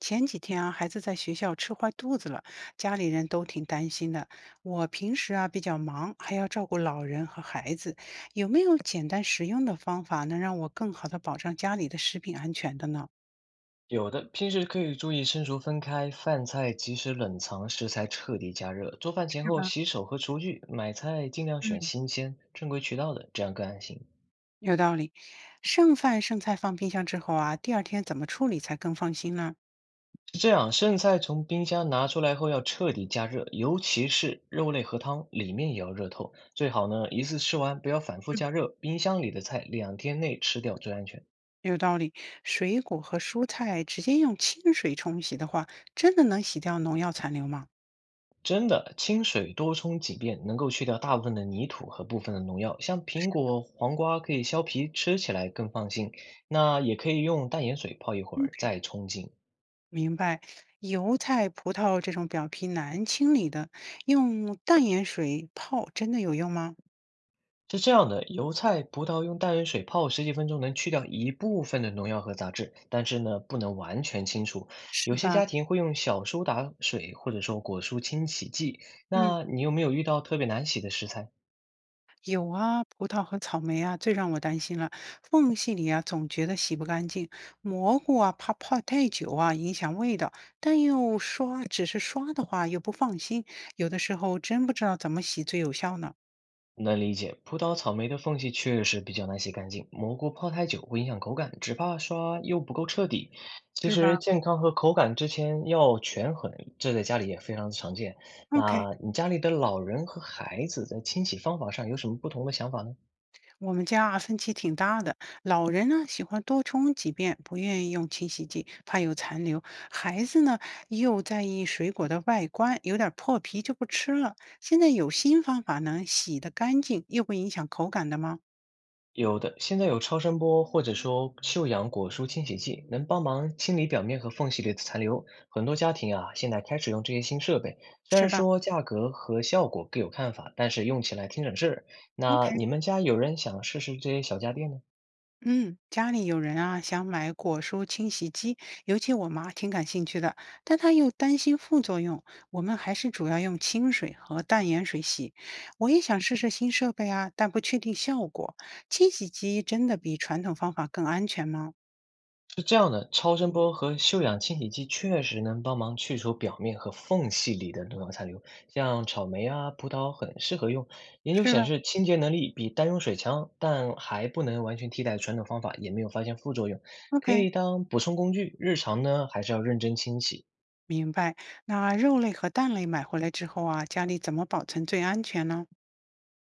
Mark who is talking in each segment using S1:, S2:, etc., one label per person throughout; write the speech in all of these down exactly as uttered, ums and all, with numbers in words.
S1: 前几天啊，孩子在学校吃坏肚子了，家里人都挺担心的。我平时啊比较忙，还要照顾老人和孩子，有没有简单实用的方法能让我更好的保障家里的食品安全的呢？
S2: 有的，平时可以注意生熟分开，饭菜及时冷藏，食材彻底加热。做饭前
S1: 是
S2: 后
S1: 吧？
S2: 洗手和厨具，买菜尽量选
S1: 嗯，
S2: 新鲜、正规渠道的，这样更安心。
S1: 有道理。剩饭剩菜放冰箱之后啊，第二天怎么处理才更放心呢？
S2: 是这样，剩菜从冰箱拿出来后要彻底加热，尤其是肉类和汤，里面也要热透。最好呢，一次吃完，不要反复
S1: 嗯，
S2: 加热。冰箱里的菜两天内吃掉最安全。
S1: 有道理。水果和蔬菜直接用清水冲洗的话，真的能洗掉农药残留吗？
S2: 真的，清水多冲几遍能够去掉大部分的泥土和部分的农药，像苹果、黄瓜可以削皮，吃起来更放心。那也可以用淡盐水泡一会儿再冲净。
S1: 明白，油菜、葡萄这种表皮难清理的，用淡盐水泡真的有用吗？
S2: 是这样的，油菜、葡萄用淡盐水泡十几分钟能去掉一部分的农药和杂质，但是呢，不能完全清除。有
S1: 是
S2: 些
S1: 吧？
S2: 家庭会用小苏打水或者说果蔬清洗剂。
S1: 嗯，
S2: 那你有没有遇到特别难洗的食材？
S1: 有啊，葡萄和草莓啊，最让我担心了。缝隙里啊，总觉得洗不干净。蘑菇啊，怕泡太久啊，影响味道，但又刷，只是刷的话又不放心，有的时候真不知道怎么洗最有效呢，
S2: 能理解，葡萄、草莓的缝隙确实比较难洗干净，蘑菇泡太久会影响口感，只怕刷又不够彻底。其
S1: 是吧
S2: 实健康和口感之间要权衡，这在家里也非常的常见。
S1: ？OK。
S2: 那你家里的老人和孩子在清洗方法上有什么不同的想法呢？
S1: 我们家啊，分歧挺大的，老人呢喜欢多冲几遍，不愿意用清洗剂，怕有残留；孩子呢又在意水果的外观，有点破皮就不吃了。现在有新方法能洗得干净又不影响口感的吗？
S2: 有的，现在有超声波或者说臭氧果蔬清洗剂，能帮忙清理表面和缝隙里的残留。很多家庭啊，现在开始用这些新设备，虽
S1: 是
S2: 然
S1: 吧
S2: 说价格和效果各有看法，但是用起来挺省事儿。
S1: ？OK，
S2: 那你们家有人想试试这些小家电呢？
S1: 嗯，家里有人啊，想买果蔬清洗机，尤其我妈挺感兴趣的，但她又担心副作用。我们还是主要用清水和淡盐水洗。我也想试试新设备啊，但不确定效果。清洗机真的比传统方法更安全吗？
S2: 是这样的，超声波和休氧清洗剂确实能帮忙去除表面和缝隙里的农药残留，像草莓啊、葡萄很适合用。研究
S1: 是吧
S2: 显示，清洁能力比单用水强，但还不能完全替代传统方法，也没有发现副作用，可
S1: ？OK，
S2: 以当补充工具。日常呢，还是要认真清洗。
S1: 明白。那肉类和蛋类买回来之后啊，家里怎么保存最安全呢？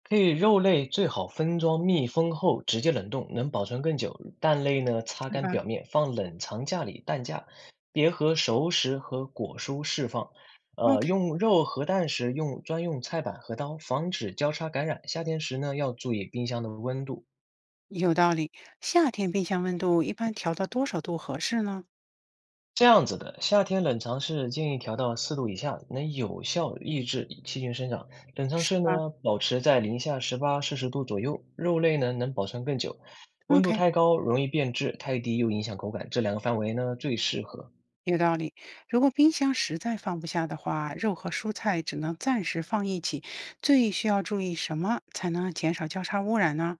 S2: 可以肉类最好分装密封后直接冷冻，能保存更久。蛋类呢，擦
S1: 是
S2: 干
S1: 吧
S2: 表面，放冷藏架里蛋架，别和熟食和果蔬释放。呃，
S1: ？OK，
S2: 用肉和蛋时用专用菜板和刀，防止交叉感染。夏天时呢，要注意冰箱的温度。
S1: 有道理。夏天冰箱温度一般调到多少度合适呢？
S2: 这样子的，夏天冷藏室建议调到四度以下，能有效抑制细菌生长。冷藏
S1: 是
S2: 室
S1: 吧
S2: 呢，保持在零下十八摄氏度左右，肉类呢能保存更久。温度
S1: ？OK，
S2: 太高容易变质，太低又影响口感，这两个范围呢最适合。
S1: 有道理。如果冰箱实在放不下的话，肉和蔬菜只能暂时放一起。最需要注意什么才能减少交叉污染呢？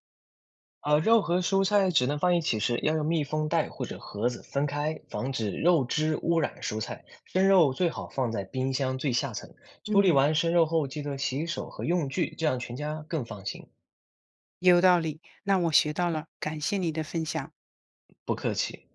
S2: 啊，肉和蔬菜只能放一起时，要用密封袋或者盒子分开，防止肉汁污染蔬菜。生肉最好放在冰箱最下层。处理
S1: 嗯，
S2: 完生肉后，记得洗手和用具，这样全家更放心。
S1: 有道理。那我学到了，感谢你的分享。
S2: 不客气。